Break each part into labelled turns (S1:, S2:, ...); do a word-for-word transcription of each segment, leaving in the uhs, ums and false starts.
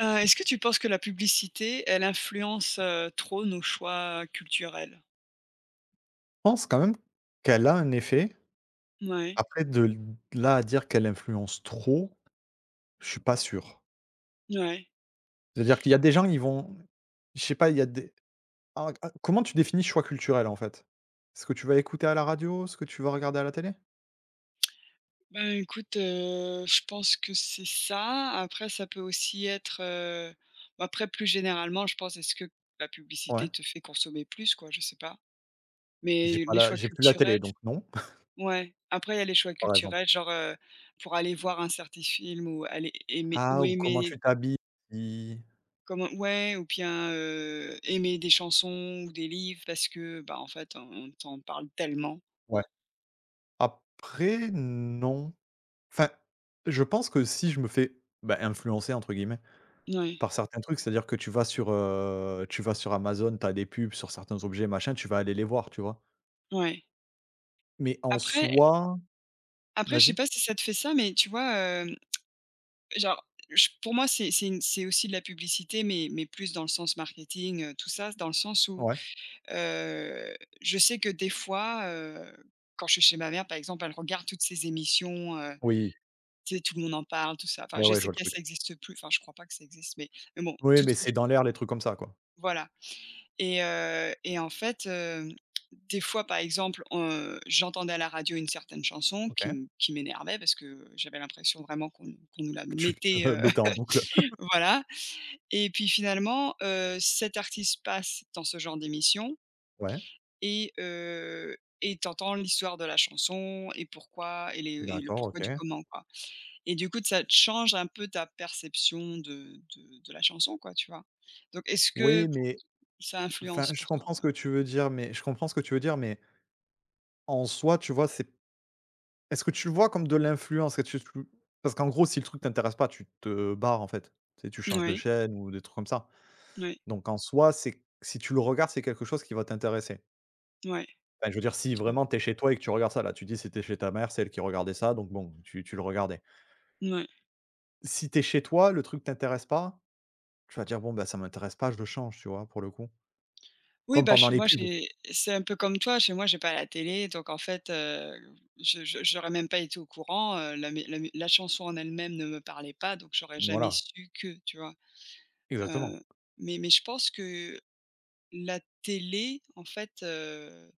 S1: Heu, est-ce que tu penses que la publicité, elle influence, heu, trop nos choix culturels?
S2: Pense quand même qu'elle a un effet.
S1: Ouais,
S2: Après de l là à dire qu'elle influence trop, je suis pas sûr.
S1: ouais.
S2: C'est-à-dire qu'il y a des gens, ils vont je sais pas, il y a des ah ah, comment tu définis choix culturel en fait? Ce que tu vas écouter à la radio, ce que tu vas regarder à la télé?
S1: Ben, écoute, heu, je pense que c'est ça. Après ça peut aussi être, heu, bah, après plus généralement, je pense, est-ce que la
S2: Ouais.
S1: publicité te fait consommer plus quoi? Je sais pas.
S2: J'ai
S1: Mais
S2: pas
S1: les
S2: la
S1: choix
S2: j'ai plus la
S1: culturels,
S2: télé donc non,
S1: ouais. Après il y a les choix
S2: par exemple.
S1: culturels, genre, heu, pour aller voir un certain film ou aller aimer
S2: Ah
S1: ou
S2: ou comment
S1: aimer
S2: tu t'habilles, si
S1: Comment ouais ou bien, heu, aimer des chansons ou des livres parce que, bah, en fait, on t'en parle tellement.
S2: ouais. Après non. Enfin, je pense que si je me fais, bah, «influencer» entre guillemets
S1: Ouais,
S2: par certains trucs, c'est-à-dire que tu vas sur, heu, tu vas sur Amazon, tu as des pubs sur certains objets, machin, tu vas aller les voir, tu vois?
S1: ouais.
S2: Mais en
S1: Après
S2: soi,
S1: après, je sais
S2: vas-y?
S1: pas si ça te fait ça, mais tu vois, hem, genre, je pour moi, c'est c'est une c'est aussi de la publicité, mais mais plus dans le sens marketing, heu, tout ça, dans le sens où,
S2: Ouais.
S1: heu, je sais que des fois, heu, quand je suis chez ma mère, par exemple, elle regarde toutes ces émissions, heu,
S2: Oui.
S1: tu sais, Tout le monde en parle, tout ça. Enfin,
S2: Ouais,
S1: je
S2: ouais, je
S1: sais
S2: vois le
S1: que ça
S2: truc.
S1: existe plus, enfin, je crois pas que ça existe, mais mais bon,
S2: Oui,
S1: toutes
S2: mais c'est
S1: ce
S2: dans l'air, les trucs comme ça, quoi.
S1: voilà. Et heu et en fait, hem, des fois, par exemple, heu, j'entendais à la radio une certaine chanson
S2: OK.
S1: qui m qui m'énervait parce que j'avais l'impression vraiment qu'on qu'on nous la
S2: Tu
S1: mettait,
S2: le
S1: heu,
S2: mettais en boucle.
S1: voilà et puis finalement, heu, cet artiste passe dans ce genre d'émission
S2: Ouais,
S1: et heu et tu l'histoire de la chanson et pourquoi et les et le
S2: d'accord,
S1: pourquoi
S2: OK.
S1: du comment, quoi et du coup, ça te change un peu ta perception de de de la chanson, quoi, tu vois? Donc est-ce que
S2: Oui,
S1: pour
S2: mais
S1: ça
S2: enfin,
S1: influence
S2: je
S1: pour toi,
S2: comprends ce
S1: ça?
S2: que tu veux dire, mais je comprends ce que tu veux dire, mais en soi, tu vois, c'est est-ce que tu le vois comme de l'influence? Est-ce que tu Parce qu'en gros, si le truc t'intéresse pas, tu te barres, en fait. Tu sais, tu changes de
S1: Oui,
S2: chaîne ou des trucs comme ça.
S1: oui.
S2: Donc en soi, c'est si tu le regardes, c'est quelque chose qui va t'intéresser.
S1: Ouais,
S2: Enfin, je veux dire, si
S1: c'est sûr.
S2: vraiment t'es chez toi et que tu regardes ça, là, tu dis: «C'était chez ta mère, c'est elle qui regardait ça», donc bon, tu tu le regardais.
S1: Mouais.
S2: Si t'es chez toi, le truc t'intéresse pas, tu vas dire: «Bon, bah, ça m'intéresse pas, je le change», tu vois, pour le coup.
S1: Oui,
S2: Comme
S1: bah,
S2: pendant
S1: chez
S2: les
S1: moi,
S2: pubs.
S1: j'ai c'est un peu comme toi, chez moi, j'ai pas la télé, donc en fait, heu, je je j'aurais même pas été au courant, heu, la mé la mé la chanson en elle-même ne me parlait pas, donc j'aurais jamais
S2: Voilà,
S1: su que, tu vois?
S2: exactement.
S1: Heu, mais mais je pense que la télé, en fait, heu,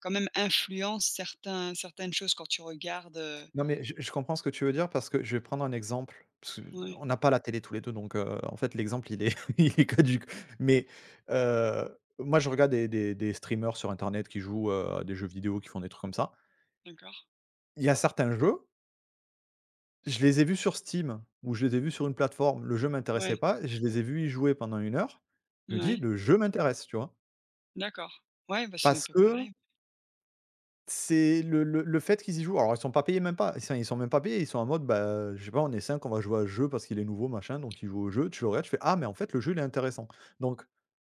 S1: quand même influence certains certaines choses quand tu regardes, heu
S2: Non, mais je je comprends ce que tu veux dire parce que je vais prendre un exemple, parce que
S1: ouais,
S2: on n'a pas la télé tous les deux, donc heu, en fait, l'exemple, il est il est caduque. Mais heu, moi, je regarde des des des streamers sur internet qui jouent, heu, à des jeux vidéo, qui font des trucs comme ça.
S1: d'accord.
S2: Il y a certains jeux, je les ai vus sur Steam ou je les ai vus sur une plateforme, le jeu m'intéressait
S1: Ouais,
S2: pas, je les ai vus y jouer pendant une heure. Je me dis:
S1: ouais,
S2: «Le jeu m'intéresse», tu vois?
S1: d'accord. Ouais, bah, c'est un
S2: Parce
S1: peu
S2: que
S1: pareil.
S2: c'est le le le fait qu'ils y jouent, alors ils sont pas payés, même pas, ils sont ils sont même pas payés, ils sont en mode, bah, je sais pas, on est cinq, on va jouer à ce jeu parce qu'il est nouveau machin, donc ils jouent au jeu, tu le regardes, tu fais: «Ah mais en fait le jeu il est intéressant». Donc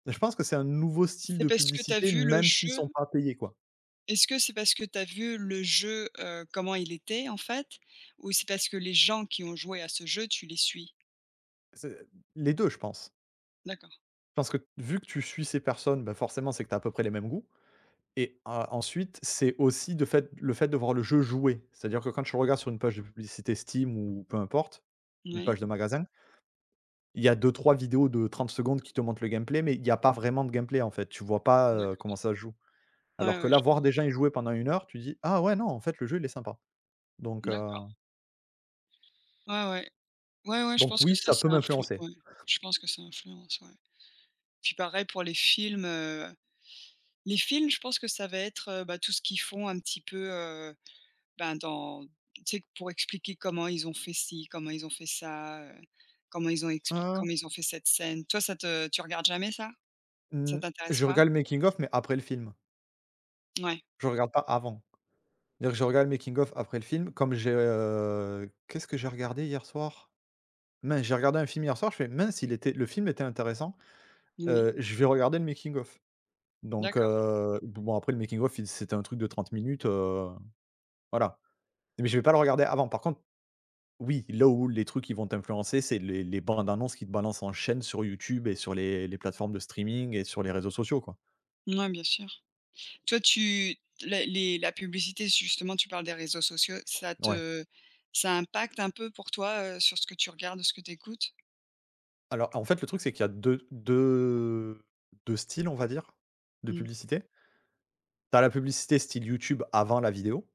S2: je pense que c'est un nouveau style
S1: C'est
S2: de
S1: parce que tu as
S2: publicité
S1: vu le
S2: même s'ils sont
S1: jeu
S2: pas payés, quoi.
S1: Est-ce que c'est parce que tu as vu le jeu, heu, comment il était en fait? Ou c'est parce que les gens qui ont joué à ce jeu, tu les suis?
S2: C'est les deux, je pense.
S1: D'accord,
S2: Je pense que vu que tu suis ces personnes, bah, forcément c'est que tu as à peu près les mêmes goûts. Et heu, ensuite, c'est aussi de fait le fait de voir le jeu jouer. C'est-à-dire que quand je regarde sur une page de publicité Steam ou peu importe, une
S1: oui,
S2: page de magasin, il y a deux trois vidéos de trente secondes qui te montrent le gameplay, mais il n'y a pas vraiment de gameplay, en fait. Tu vois pas, heu, comment
S1: d'accord.
S2: ça se joue.
S1: Ouais,
S2: Alors que
S1: ouais,
S2: là,
S1: je vois.
S2: voir des gens y jouer pendant une heure, tu dis: «Ah ouais, non, en fait, le jeu, il est sympa». Donc heu,
S1: D'accord. Ouais, ouais. Ouais, ouais, je
S2: donc
S1: pense que
S2: oui,
S1: ça,
S2: ça
S1: ça
S2: peut
S1: influe,
S2: m'influencer.
S1: ouais. Je pense que ça influence, ouais. Puis pareil pour les films, heu, les films, je pense que ça va être, heu, bah, tout ce qu'ils font un petit peu, heu, ben, dans tu sais, pour expliquer comment ils ont fait ci, comment ils ont fait ça, heu, comment ils ont expli
S2: Heu,
S1: comment ils ont fait cette scène. Toi, ça te tu regardes jamais ça? Ça
S2: mmh,
S1: t'intéresse
S2: je
S1: pas?
S2: regarde le making of, mais après le film.
S1: Ouais,
S2: Je regarde pas avant. C'est-à-dire que je regarde le making of après le film. Comme j'ai, heu, qu'est-ce que j'ai regardé hier soir? Mince, j'ai regardé un film hier soir, je fais: «Mince, il était le film était intéressant,
S1: ouais,
S2: heu, je vais regarder le making of». Donc
S1: d'accord.
S2: heu, bon, après le making of il c'était un truc de trente minutes, heu, voilà. Mais je vais pas le regarder avant. Par contre, oui, là où les trucs qui vont t'influencer, c'est les les bandes annonces qui te balancent en chaîne sur YouTube et sur les les plateformes de streaming et sur les réseaux sociaux, quoi.
S1: Ouais, bien sûr. Toi, tu la les la publicité, justement, tu parles des réseaux sociaux, ça
S2: Ouais.
S1: te ça impacte un peu pour toi, heu, sur ce que tu regardes ou ce que tu écoutes?
S2: Alors en fait, le truc, c'est qu'il y a deux deux deux styles, on va dire, de
S1: Mmh.
S2: publicité. T'as la publicité style YouTube avant la vidéo,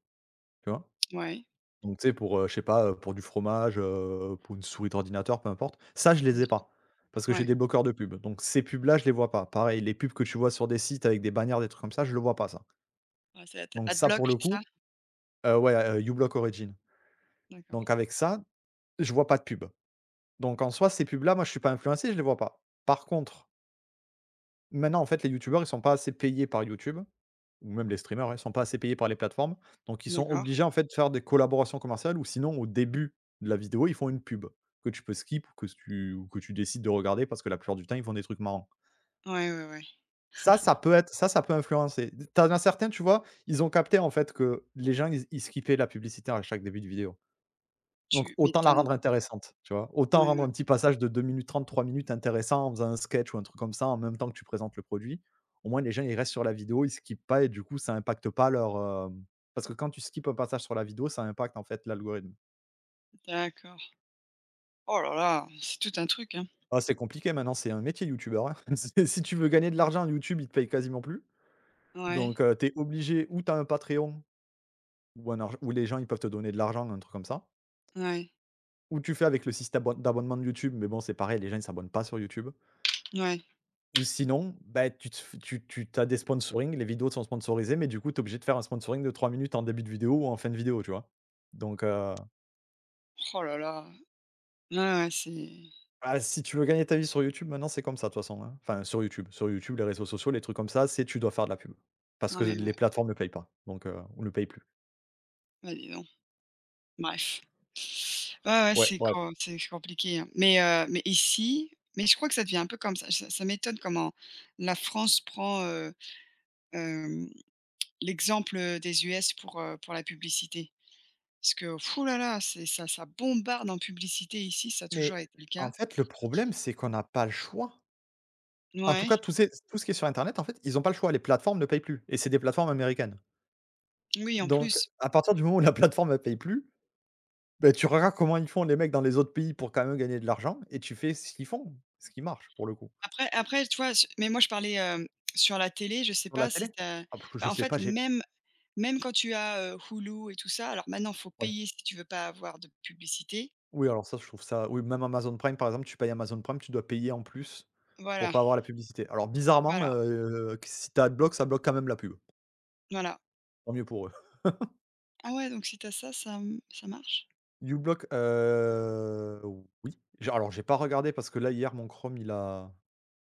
S2: tu vois?
S1: Ouais,
S2: Donc tu sais, pour, heu, je sais pas, heu, pour du fromage, heu, pour une souris d'ordinateur, peu importe. Ça, je
S1: bien
S2: les ai
S1: sûr.
S2: pas, parce que j'ai
S1: Ouais.
S2: des bloqueurs de pubs. Donc ces pubs-là, je les vois pas. Pareil, les pubs que tu vois sur des sites avec des bannières, des trucs comme ça, je le vois pas ça.
S1: Ouais, c'est ad
S2: Donc ça,
S1: adblock,
S2: pour le
S1: c'est ça?
S2: coup, heu, ouais, heu, uBlock Origin.
S1: D'accord,
S2: Donc avec ça, je vois pas de pub. Donc en soi, ces pubs-là, moi, je suis pas influencé, je les vois pas. Par contre, maintenant, en fait, les youtubeurs, ils sont pas assez payés par YouTube. Ou même les streamers, ouais, sont pas assez payés par les plateformes, donc ils sont
S1: d'accord.
S2: obligés, en fait, de faire des collaborations commerciales ou sinon au début de la vidéo, ils font une pub que tu peux skip ou que tu ou que tu décides de regarder parce que la plupart du temps, ils font des trucs marrants.
S1: Ouais, ouais, ouais,
S2: Ça, ça peut être ça, ça peut influencer. Tu en as certains, tu vois, ils ont capté, en fait, que les gens, ils ils skippaient la publicité à chaque début de vidéo. Donc
S1: tu
S2: autant la
S1: m'étonnes.
S2: rendre intéressante, tu vois? Autant
S1: Ouais,
S2: rendre
S1: ouais,
S2: un petit passage de deux minutes trente, trois minutes intéressant en faisant un sketch ou un truc comme ça, en même temps que tu présentes le produit. Au moins les gens, ils restent sur la vidéo, ils skippent pas et du coup ça impacte pas leur, hem parce que quand tu skippes un passage sur la vidéo, ça impacte en fait l'algorithme.
S1: d'accord. Oh là là, c'est tout un truc, hein.
S2: Ah c'est compliqué maintenant, c'est un métier youtubeur, hein. C'est Si tu veux gagner de l'argent, YouTube, il te paye quasiment plus.
S1: Ouais,
S2: Donc heu, tu obligé ou t'as un Patreon ou un arg où les gens, ils peuvent te donner de l'argent, un truc comme ça,
S1: ouais,
S2: ou tu fais avec le système d'abonnement de YouTube, mais bon, c'est pareil, les gens, ils s'abonnent pas sur YouTube.
S1: ouais.
S2: Ou sinon, bah, tu te f tu tu as des sponsoring, les vidéos sont sponsorisées, mais du coup, tu es obligé de faire un sponsoring de trois minutes en début de vidéo ou en fin de vidéo, tu vois? Donc, heu,
S1: Oh là là. Ouais, ouais, c'est
S2: bah, si tu veux gagner ta vie sur YouTube, maintenant, c'est comme ça, de toute façon, hein. Enfin, sur YouTube sur YouTube, les réseaux sociaux, les trucs comme ça, c'est tu dois faire de la pub. Parce que
S1: ouais, ouais.
S2: les plateformes ne payent pas, donc, heu, ou ne paye plus.
S1: Bah, dis donc. Bref. Ouais, ouais,
S2: Ouais,
S1: c'est
S2: bref.
S1: com c'est compliqué, hein. Mais, heu, mais ici mais je crois que ça devient un peu comme ça. Ça ça m'étonne comment la France prend, heu, hem, l'exemple, heu, des U S pour, heu, pour la publicité. Parce que, fou là là, c'est ça ça bombarde en publicité ici, ça a
S2: Mais
S1: toujours été le cas.
S2: en fait, le problème, c'est qu'on n'a pas le choix. En tout
S1: Ouais,
S2: cas, tout ces tout ce qui est sur internet, en fait, ils n'ont pas le choix, les plateformes ne payent plus et c'est des plateformes américaines.
S1: oui, en
S2: Donc,
S1: plus.
S2: à partir du moment où la plateforme ne paye plus, beh, tu regardes comment ils font les mecs dans les autres pays pour quand même gagner de l'argent et tu fais ce qu'ils font, ce qui marche pour le coup.
S1: Après après, tu vois, je mais moi je parlais, hem, sur la télé, je sais
S2: Sur
S1: pas
S2: la télé?
S1: si tu as
S2: Ah parce que
S1: bah,
S2: je
S1: en
S2: sais
S1: fait,
S2: pas, j'ai
S1: même même quand tu as, heu, Hulu et tout ça, alors maintenant, faut
S2: oui.
S1: payer si tu veux pas avoir de publicité.
S2: Oui, alors ça, je trouve ça, oui, même Amazon Prime, par exemple, tu payes Amazon Prime, tu dois payer en plus
S1: Voilà,
S2: pour pas avoir la publicité. Alors bizarrement,
S1: voilà,
S2: heu, que si t'as as Adblock, ça bloque quand même la pub.
S1: voilà.
S2: Tant mieux pour eux.
S1: Ah ouais, donc si tu ça, ça, mmh, ça marche?
S2: Ublock, heu, oui. J'ai Alors j'ai pas regardé parce que là, hier, mon Chrome, il a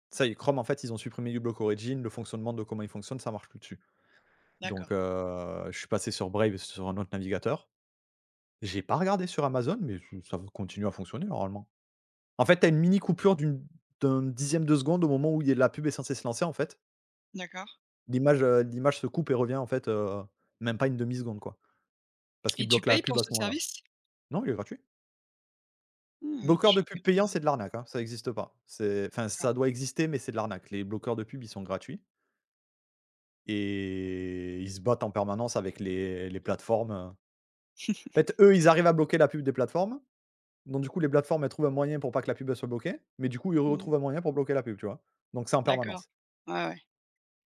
S2: ça y est, Chrome, en fait, ils ont supprimé Ublock Origin, le fonctionnement de comment il fonctionne, ça marche plus dessus.
S1: D'accord,
S2: Donc heu, je suis passé sur Brave, sur un autre navigateur. J'ai pas regardé sur Amazon, mais ça continue à fonctionner normalement. En fait, t'as une mini coupure d'une d'un dixième de seconde au moment où il y a la pub est censée se lancer en fait.
S1: d'accord.
S2: L'image, heu, l'image se coupe et revient en fait, heu, même pas une demi seconde quoi, parce
S1: Et
S2: qu'il
S1: tu
S2: bloque la
S1: payes pour
S2: pub à
S1: ce
S2: ce moment-là.
S1: service?
S2: Non, il est gratuit.
S1: Ouais, ouais,
S2: Bloqueur
S1: je
S2: de pub payant,
S1: regarderai.
S2: c'est de l'arnaque, hein, ça n'existe pas. C'est Enfin
S1: D'accord.
S2: ça doit exister, mais c'est de l'arnaque. Les bloqueurs de pub, ils sont gratuits et ils se battent en permanence avec les les plateformes, euh. En fait, eux, ils arrivent à bloquer la pub des plateformes. Donc du coup, les plateformes, elles trouvent un moyen pour pas que la pub, elle soit bloquée, mais du coup, ils
S1: Ouais,
S2: retrouvent un moyen pour bloquer la pub, tu vois? Donc c'est en
S1: d'accord.
S2: permanence.
S1: Ouais, ouais.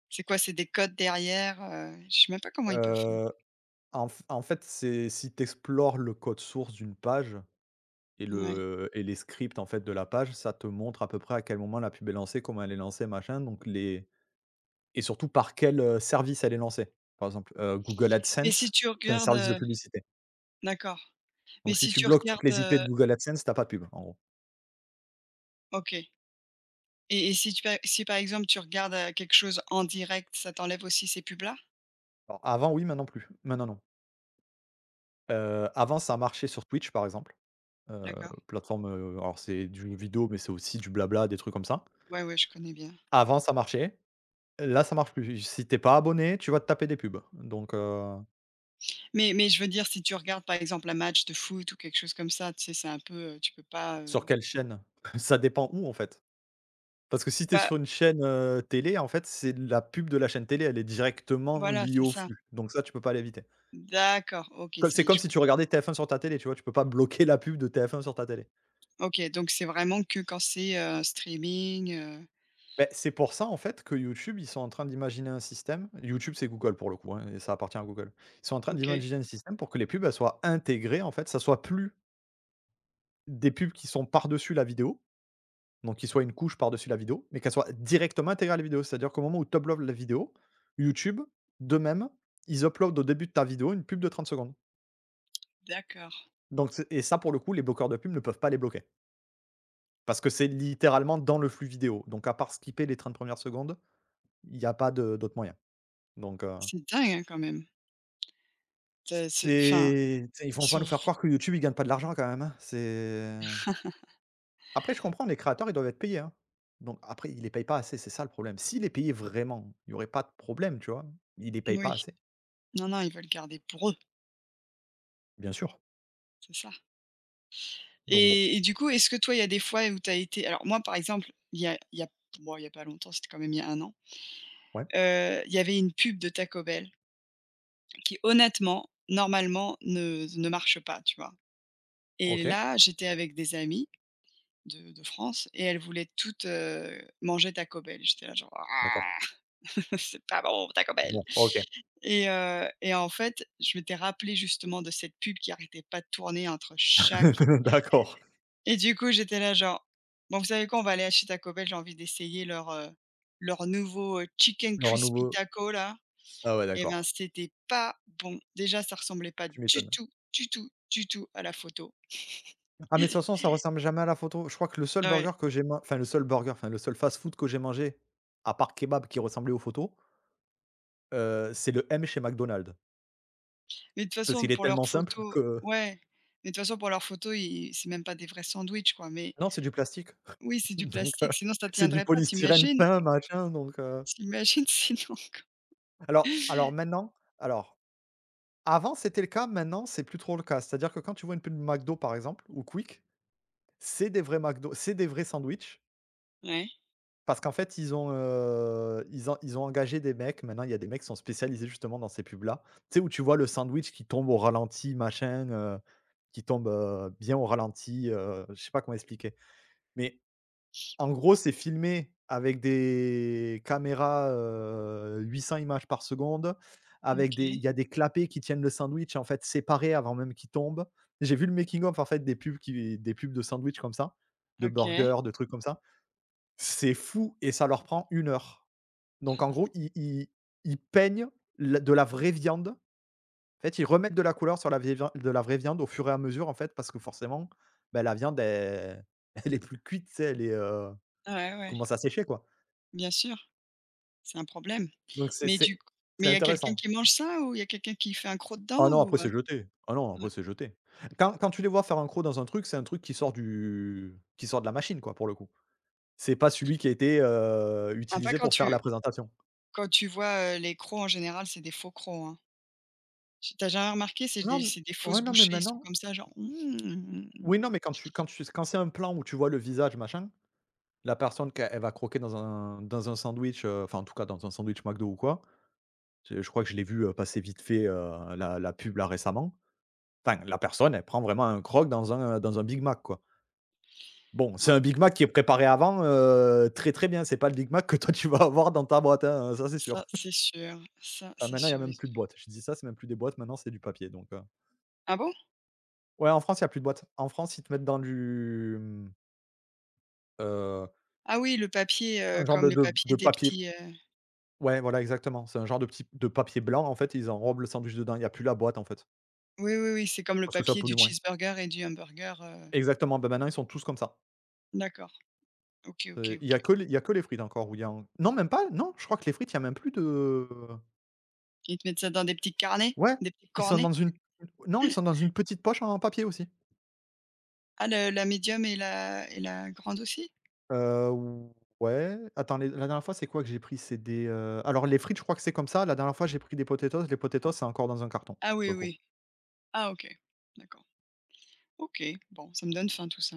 S1: C'est quoi? C'est des codes derrière, heu, je sais même pas comment ils peuvent faire.
S2: Heu, en f en fait, c'est si tu explores le code source d'une page et
S1: Ouais.
S2: le et les scripts, en fait, de la page, ça te montre à peu près à quel moment la pub est lancée, comment elle est lancée, machin, donc les et surtout par quel, heu, service elle est lancée. Par exemple, heu, Google
S1: Mais si
S2: AdSense,
S1: tu
S2: c'est un
S1: regardes,
S2: service de
S1: heu
S2: publicité.
S1: d'accord. Mais
S2: Donc si
S1: si
S2: tu
S1: tu
S2: bloques toutes
S1: regardes,
S2: les
S1: heu
S2: I P de Google AdSense, t'as pas de pub, en gros.
S1: OK. Et et si tu pa si par exemple tu regardes, heu, quelque chose en direct, ça t'enlève aussi ces pubs-là?
S2: Alors avant oui, maintenant plus. Maintenant non. Heu, avant ça marchait sur Twitch, par exemple. Heu,
S1: D'accord.
S2: Plateforme, heu, alors c'est du jeu vidéo, mais c'est aussi du blabla, des trucs comme ça.
S1: Ouais, ouais, je connais bien.
S2: Avant ça marchait, là ça marche plus. Si t'es pas abonné, tu vas te taper des pubs, donc heu,
S1: Mais mais je veux dire, si tu regardes, par exemple, un match de foot ou quelque chose comme ça, tu sais, c'est un peu, heu, tu peux pas,
S2: sur
S1: heu
S2: quelle chaîne? Ça dépend où, en fait. Parce que si t'es
S1: bah,
S2: sur une chaîne, heu, télé, en fait, c'est la pub de la chaîne télé, elle est directement
S1: voilà,
S2: liée
S1: c'est
S2: au
S1: ça.
S2: flux, donc ça, tu peux pas l'éviter.
S1: D'accord, OK,
S2: Co
S1: ça
S2: c'est
S1: y est,
S2: comme
S1: je
S2: si tu
S1: comprends.
S2: regardais T F un sur ta télé, tu vois? Tu peux pas bloquer la pub de T F un sur ta télé.
S1: OK, donc c'est vraiment que quand c'est, heu, streaming, heu,
S2: Beh, c'est pour ça en fait que YouTube, ils sont en train d'imaginer un système YouTube, c'est Google pour le coup, hein, et ça appartient à Google. Ils sont en train
S1: OK,
S2: d'imaginer un système pour que les pubs, elles soient intégrées en fait, ça soit plus des pubs qui sont par-dessus la vidéo, donc qui soient une couche par-dessus la vidéo, mais qu'elles soient directement intégrées à la vidéo. C'est-à-dire qu'au moment où tu uploads la vidéo, YouTube, de même, ils uploadent au début de ta vidéo une pub de trente secondes.
S1: d'accord.
S2: Donc c'est et ça pour le coup, les bloqueurs de pubs ne peuvent pas les bloquer parce que c'est littéralement dans le flux vidéo. Donc à part skipper les trente premières secondes, il n'y a pas de d'autre moyen. Donc heu
S1: C'est dingue, hein, quand même. C'est c'est enfin,
S2: c'est tu ils
S1: ils
S2: vont pas
S1: sont
S2: nous faire
S1: oui.
S2: croire que YouTube, ils gagnent pas de l'argent quand même, hein. C'est après je comprends, les créateurs, ils doivent être payés, hein. Donc après, ils les payent pas assez, c'est ça le problème. S'ils les payaient vraiment, il y aurait pas de problème, tu vois? Ils les payent pas assez,
S1: Non, non, ils veulent garder pour eux,
S2: bien sûr.
S1: c'est ça.
S2: Donc bon,
S1: Et et du coup, est-ce que toi, il y a des fois où tu as été alors moi, par exemple, il y a il y a bon, il y a pas longtemps, c'était quand même il y a un an,
S2: ouais,
S1: heu, il y avait une pub de Taco Bell qui honnêtement, normalement, ne ne marche pas, tu vois? Et
S2: OK,
S1: là, j'étais avec des amies de de France et elles voulaient toutes, heu, manger Taco Bell. J'étais là genre: «Ah,
S2: d'accord.
S1: c'est pas bon Taco Bell»
S2: Bon, OK.
S1: et heu et en fait, je m'étais rappelé justement de cette pub qui arrêtait pas de tourner entre chaque
S2: D'accord.
S1: et du coup, j'étais là genre: «Bon, vous savez quoi? On va aller acheter Taco Bell, j'ai envie d'essayer leur, heu, leur nouveau, heu, Chicken
S2: Leur
S1: Crispy
S2: nouveau
S1: Taco là».
S2: ah ouais,
S1: Et ben,
S2: d'accord,
S1: c'était pas bon. Déjà, ça ressemblait pas
S2: tu
S1: du
S2: m'étonnes.
S1: tout, du tout, du tout à la photo.
S2: Ah mais de toute façon, ça ressemble jamais à la photo. Je crois que le seul
S1: Ouais,
S2: burger que j'ai man enfin le seul burger, enfin le seul fast-food que j'ai mangé, à part kebab qui ressemblait aux photos, heu, c'est le M chez McDonald's.
S1: mais de toute
S2: Parce
S1: façon,
S2: qu'il est
S1: pour leurs
S2: tellement simple
S1: photos,
S2: que
S1: ouais, mais de toute façon, pour leurs photos, ils c'est même pas des vrais sandwichs, quoi, mais
S2: non, c'est du plastique,
S1: oui, c'est du
S2: donc heu,
S1: plastique, sinon ça
S2: c'est du
S1: tiendrait pas.
S2: polystyrène
S1: T'imagines.
S2: peint, machin, donc heu
S1: T'imagines Sinon, quoi?
S2: alors alors maintenant alors, avant c'était le cas, maintenant c'est plus trop le cas. C'est-à-dire que quand tu vois une pub McDo par exemple ou Quick, c'est des vrais McDo, c'est des vrais sandwichs
S1: Ouais,
S2: parce qu'en fait ils ont, heu, ils ont ils ont engagé des mecs. Maintenant, il y a des mecs qui sont spécialisés justement dans ces pubs-là. Tu sais, où tu vois le sandwich qui tombe au ralenti, machin, heu, qui tombe, heu, bien au ralenti, heu, je sais pas comment expliquer, mais en gros, c'est filmé avec des caméras, heu, huit cents images par seconde, avec des il
S1: OK,
S2: y a des clapets qui tiennent le sandwich, en fait, séparés avant même qu'il tombe. J'ai vu le making of, en fait, des pubs qui des pubs de sandwich comme ça, de
S1: OK.
S2: burgers, de trucs comme ça. C'est fou et ça leur prend une heure. Donc en gros, ils ils ils peignent la de la vraie viande. En fait, ils remettent de la couleur sur la vieille vian de la vraie viande au fur et à mesure, en fait, parce que forcément, ben la viande, elle elle est plus cuite, tu sais, elle est, heu,
S1: Ouais, ouais,
S2: commence à sécher, quoi.
S1: bien sûr, c'est un problème.
S2: Donc c'est
S1: Mais du
S2: c'est
S1: coup,
S2: c'est
S1: mais il y a quelqu'un
S2: intéressant.
S1: qui mange ça ou il y a quelqu'un qui fait un croc
S2: Ah
S1: dedans
S2: non,
S1: ou heu?
S2: après c'est jeté. Ah non,
S1: Ouais.
S2: après c'est jeté. Quand quand tu les vois faire un croc dans un truc, c'est un truc qui sort du qui sort de la machine quoi, pour le coup. C'est pas celui qui a été, heu,
S1: Ah, pas
S2: utilisé
S1: quand
S2: pour faire la
S1: tu
S2: présentation.
S1: quand tu vois, heu, les crocs en général, c'est des faux crocs, hein. Tu tu jamais remarqué, c'est
S2: Non,
S1: des
S2: m
S1: c'est des
S2: ouais,
S1: fausses
S2: non, mais
S1: bouchées, ils sont
S2: maintenant
S1: comme ça genre: «Mmh,
S2: oui, non, mais quand tu quand tu quand c'est un plan où tu vois le visage machin, la personne qu'elle elle va croquer dans un dans un sandwich, heu, enfin en tout cas dans un sandwich McDo ou quoi, je je crois que je l'ai vu, heu, passer vite fait, heu, la la pub là récemment. Enfin la personne, elle prend vraiment un croc dans un, dans un Big Mac quoi. Bon, c'est
S1: ah
S2: un Big Mac qui est préparé avant, heu, très, très bien. C'est pas le Big Mac que toi tu vas avoir dans ta boîte, hein, ça c'est
S1: ça
S2: sûr.
S1: c'est sûr, ça
S2: Ah
S1: c'est
S2: maintenant il y a
S1: sûr». Ils
S2: même plus de boîtes. Je dis ça, c'est même plus des boîtes, maintenant c'est du papier donc heu
S1: ah bon?
S2: ouais, en France, il y a plus de boîtes. En France, ils te mettent dans du, mmh,
S1: Ah oui, le papier, heu,
S2: un genre
S1: comme
S2: de
S1: le
S2: de
S1: papier
S2: de
S1: des
S2: papier
S1: petits, heu
S2: ouais, voilà, exactement. C'est un genre de petit de papier blanc, en fait, ils enrobent le sandwich dedans. Il y a plus la boîte, en fait,
S1: oui, oui, oui, c'est comme le
S2: parce que ça
S1: papier du
S2: pollue moins.
S1: cheeseburger et du hamburger, heu,
S2: Exactement, ben maintenant, ils sont tous comme ça.
S1: d'accord. OK, OK,
S2: Heu, il y
S1: OK.
S2: a que les il y a que les frites encore où il y a en non, même pas, non, je crois que les frites, il y a même plus de
S1: Ils te mettent ça dans des petits carnets,
S2: ouais,
S1: des petits
S2: ils sont
S1: cornets?
S2: dans une non, ils sont dans une petite poche en papier aussi.
S1: Ah le la médium et la et la grande aussi?
S2: Heu, ouais, attends, les la dernière fois, c'est quoi que j'ai pris? C'est des, heu alors les frites, je crois que c'est comme ça. La dernière fois, j'ai pris des potatoes. Les potatoes, c'est encore dans un carton,
S1: Ah oui,
S2: pour le coup.
S1: oui. Ah OK, d'accord. OK, bon, ça me donne faim tout ça.